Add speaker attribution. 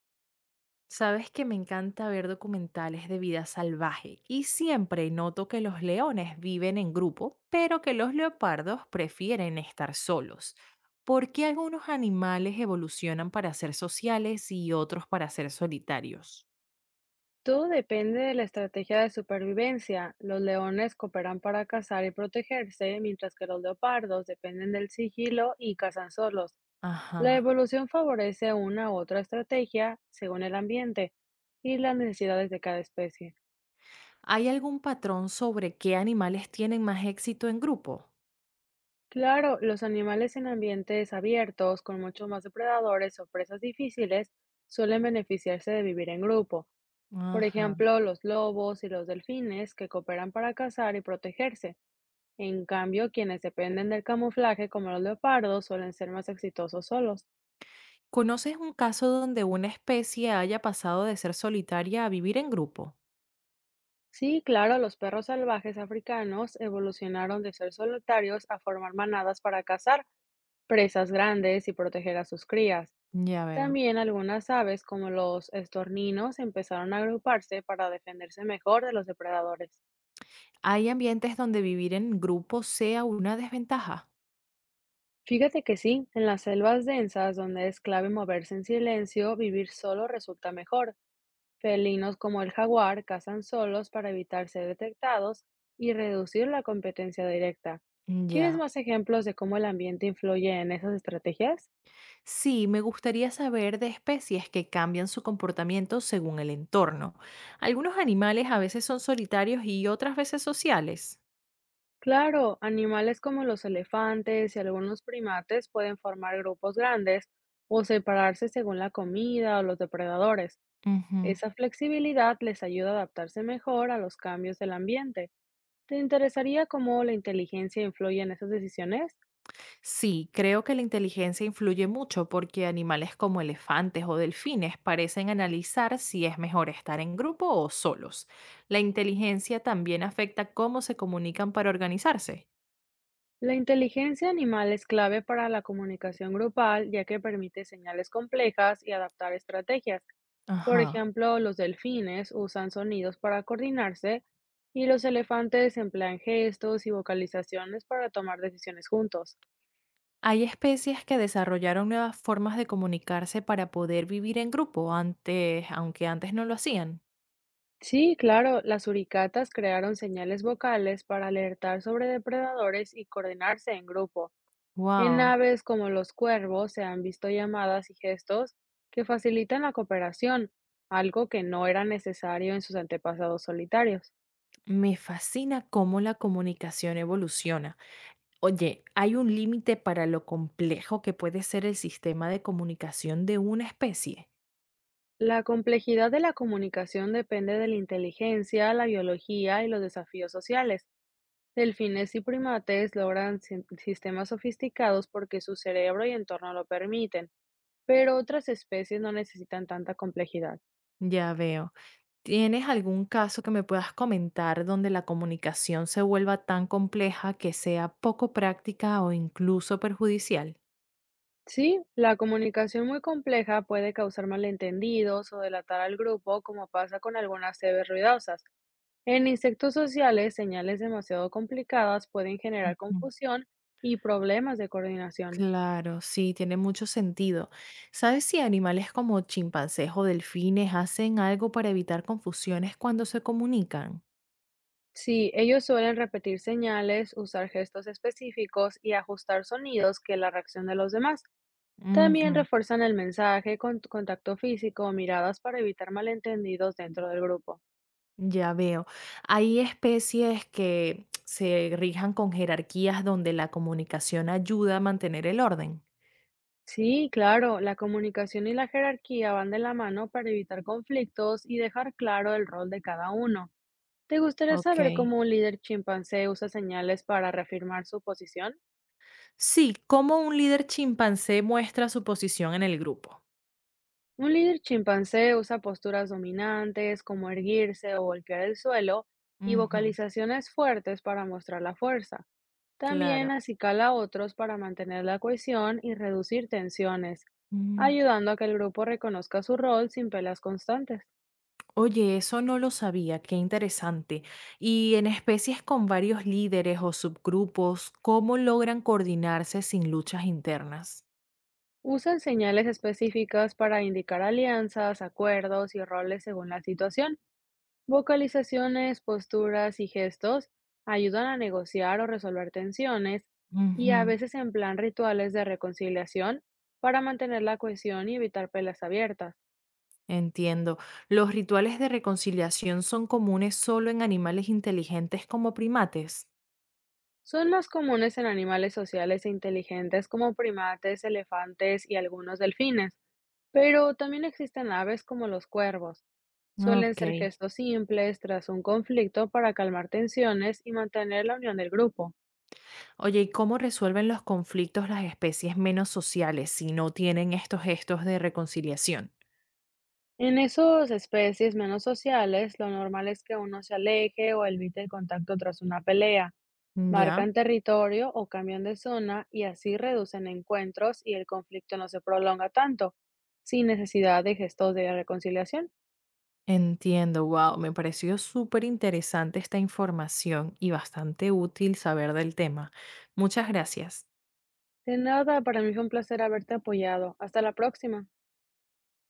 Speaker 1: Sabes que me encanta ver documentales de vida salvaje y siempre noto que los leones viven en grupo, pero que los leopardos prefieren estar solos. ¿Por qué algunos animales evolucionan para ser sociales y otros para ser solitarios?
Speaker 2: Todo depende de la estrategia de supervivencia. Los leones cooperan para cazar y protegerse, mientras que los leopardos dependen del sigilo y cazan solos. La
Speaker 1: Ajá.
Speaker 2: evolución favorece una u otra estrategia según el ambiente y las necesidades de cada especie.
Speaker 1: ¿Hay algún patrón sobre qué animales tienen más éxito en grupo?
Speaker 2: Claro, los animales en ambientes abiertos, con muchos más depredadores o presas difíciles, suelen beneficiarse de vivir en grupo. Por
Speaker 1: Ajá.
Speaker 2: ejemplo, los lobos y los delfines que cooperan para cazar y protegerse. En cambio, quienes dependen del camuflaje, como los leopardos, suelen ser más exitosos solos.
Speaker 1: ¿Conoces un caso donde una especie haya pasado de ser solitaria a vivir en grupo?
Speaker 2: Sí, claro, los perros salvajes africanos evolucionaron de ser solitarios a formar manadas para cazar presas grandes y proteger a sus crías.
Speaker 1: Ya veo.
Speaker 2: También algunas aves, como los estorninos, empezaron a agruparse para defenderse mejor de los depredadores.
Speaker 1: ¿Hay ambientes donde vivir en grupo sea una desventaja?
Speaker 2: Fíjate que sí, en las selvas densas, donde es clave moverse en silencio, vivir solo resulta mejor. Felinos como el jaguar cazan solos para evitar ser detectados y reducir la competencia directa. ¿Quieres
Speaker 1: Ya.
Speaker 2: más ejemplos de cómo el ambiente influye en esas estrategias?
Speaker 1: Sí, me gustaría saber de especies que cambian su comportamiento según el entorno. Algunos animales a veces son solitarios y otras veces sociales.
Speaker 2: Claro, animales como los elefantes y algunos primates pueden formar grupos grandes o separarse según la comida o los depredadores.
Speaker 1: Ujú.
Speaker 2: Esa flexibilidad les ayuda a adaptarse mejor a los cambios del ambiente. ¿Te interesaría cómo la inteligencia influye en esas decisiones?
Speaker 1: Sí, creo que la inteligencia influye mucho porque animales como elefantes o delfines parecen analizar si es mejor estar en grupo o solos. La inteligencia también afecta cómo se comunican para organizarse.
Speaker 2: La inteligencia animal es clave para la comunicación grupal, ya que permite señales complejas y adaptar estrategias. Por
Speaker 1: Ajá.
Speaker 2: ejemplo, los delfines usan sonidos para coordinarse y los elefantes emplean gestos y vocalizaciones para tomar decisiones juntos.
Speaker 1: Hay especies que desarrollaron nuevas formas de comunicarse para poder vivir en grupo antes, aunque antes no lo hacían.
Speaker 2: Sí, claro, las uricatas crearon señales vocales para alertar sobre depredadores y coordinarse en grupo. En
Speaker 1: Wow,
Speaker 2: aves como los cuervos se han visto llamadas y gestos que facilitan la cooperación, algo que no era necesario en sus antepasados solitarios.
Speaker 1: me fascina cómo la comunicación evoluciona. Oye, ¿hay un límite para lo complejo que puede ser el sistema de comunicación de una especie?
Speaker 2: La complejidad de la comunicación depende de la inteligencia, la biología y los desafíos sociales. Delfines y primates logran sistemas sofisticados porque su cerebro y entorno lo permiten, pero otras especies no necesitan tanta complejidad.
Speaker 1: Ya veo. ¿Tienes algún caso que me puedas comentar donde la comunicación se vuelva tan compleja que sea poco práctica o incluso perjudicial?
Speaker 2: Sí, la comunicación muy compleja puede causar malentendidos o delatar al grupo, como pasa con algunas cebes ruidosas. En insectos sociales, señales demasiado complicadas pueden generar
Speaker 1: Ujú.
Speaker 2: confusión y problemas de coordinación.
Speaker 1: Claro, sí, tiene mucho sentido. ¿Sabes si animales como chimpancés o delfines hacen algo para evitar confusiones cuando se comunican?
Speaker 2: Sí, ellos suelen repetir señales, usar gestos específicos y ajustar sonidos que la reacción de los demás. También
Speaker 1: Ujú,
Speaker 2: refuerzan el mensaje con contacto físico o miradas para evitar malentendidos dentro del grupo.
Speaker 1: ya veo. Hay especies que se rijan con jerarquías donde la comunicación ayuda a mantener el orden.
Speaker 2: Sí, claro, la comunicación y la jerarquía van de la mano para evitar conflictos y dejar claro el rol de cada uno. ¿Te gustaría
Speaker 1: Ok.
Speaker 2: saber cómo un líder chimpancé usa señales para reafirmar su posición?
Speaker 1: Sí, ¿cómo un líder chimpancé muestra su posición en el grupo?
Speaker 2: Un líder chimpancé usa posturas dominantes como erguirse o golpear el suelo y
Speaker 1: Ujú,
Speaker 2: vocalizaciones fuertes para mostrar la fuerza. También
Speaker 1: claro.
Speaker 2: acicala a otros para mantener la cohesión y reducir tensiones,
Speaker 1: Mm.
Speaker 2: ayudando a que el grupo reconozca su rol sin pelas constantes.
Speaker 1: Oye, eso no lo sabía, qué interesante. Y en especies con varios líderes o subgrupos, ¿cómo logran coordinarse sin luchas internas?
Speaker 2: Usan señales específicas para indicar alianzas, acuerdos y roles según la situación. Vocalizaciones, posturas y gestos ayudan a negociar o resolver tensiones y a
Speaker 1: Ujú,
Speaker 2: veces emplean rituales de reconciliación para mantener la cohesión y evitar peleas abiertas.
Speaker 1: entiendo. ¿Los rituales de reconciliación son comunes solo en animales inteligentes como primates?
Speaker 2: Son más comunes en animales sociales e inteligentes como primates, elefantes y algunos delfines. Pero también existen aves como los cuervos. Suelen
Speaker 1: Ok.
Speaker 2: ser gestos simples tras un conflicto para calmar tensiones y mantener la unión del grupo.
Speaker 1: Oye, ¿y cómo resuelven los conflictos las especies menos sociales si no tienen estos gestos de reconciliación?
Speaker 2: En esas especies menos sociales, lo normal es que uno se aleje o evite el contacto tras una pelea.
Speaker 1: Ya.
Speaker 2: Marcan territorio o cambian de zona y así reducen encuentros y el conflicto no se prolonga tanto, sin necesidad de gestos de reconciliación.
Speaker 1: Entiendo, wow, me pareció súper interesante esta información y bastante útil saber del tema. Muchas gracias.
Speaker 2: De nada, para mí fue un placer haberte apoyado. Hasta la próxima.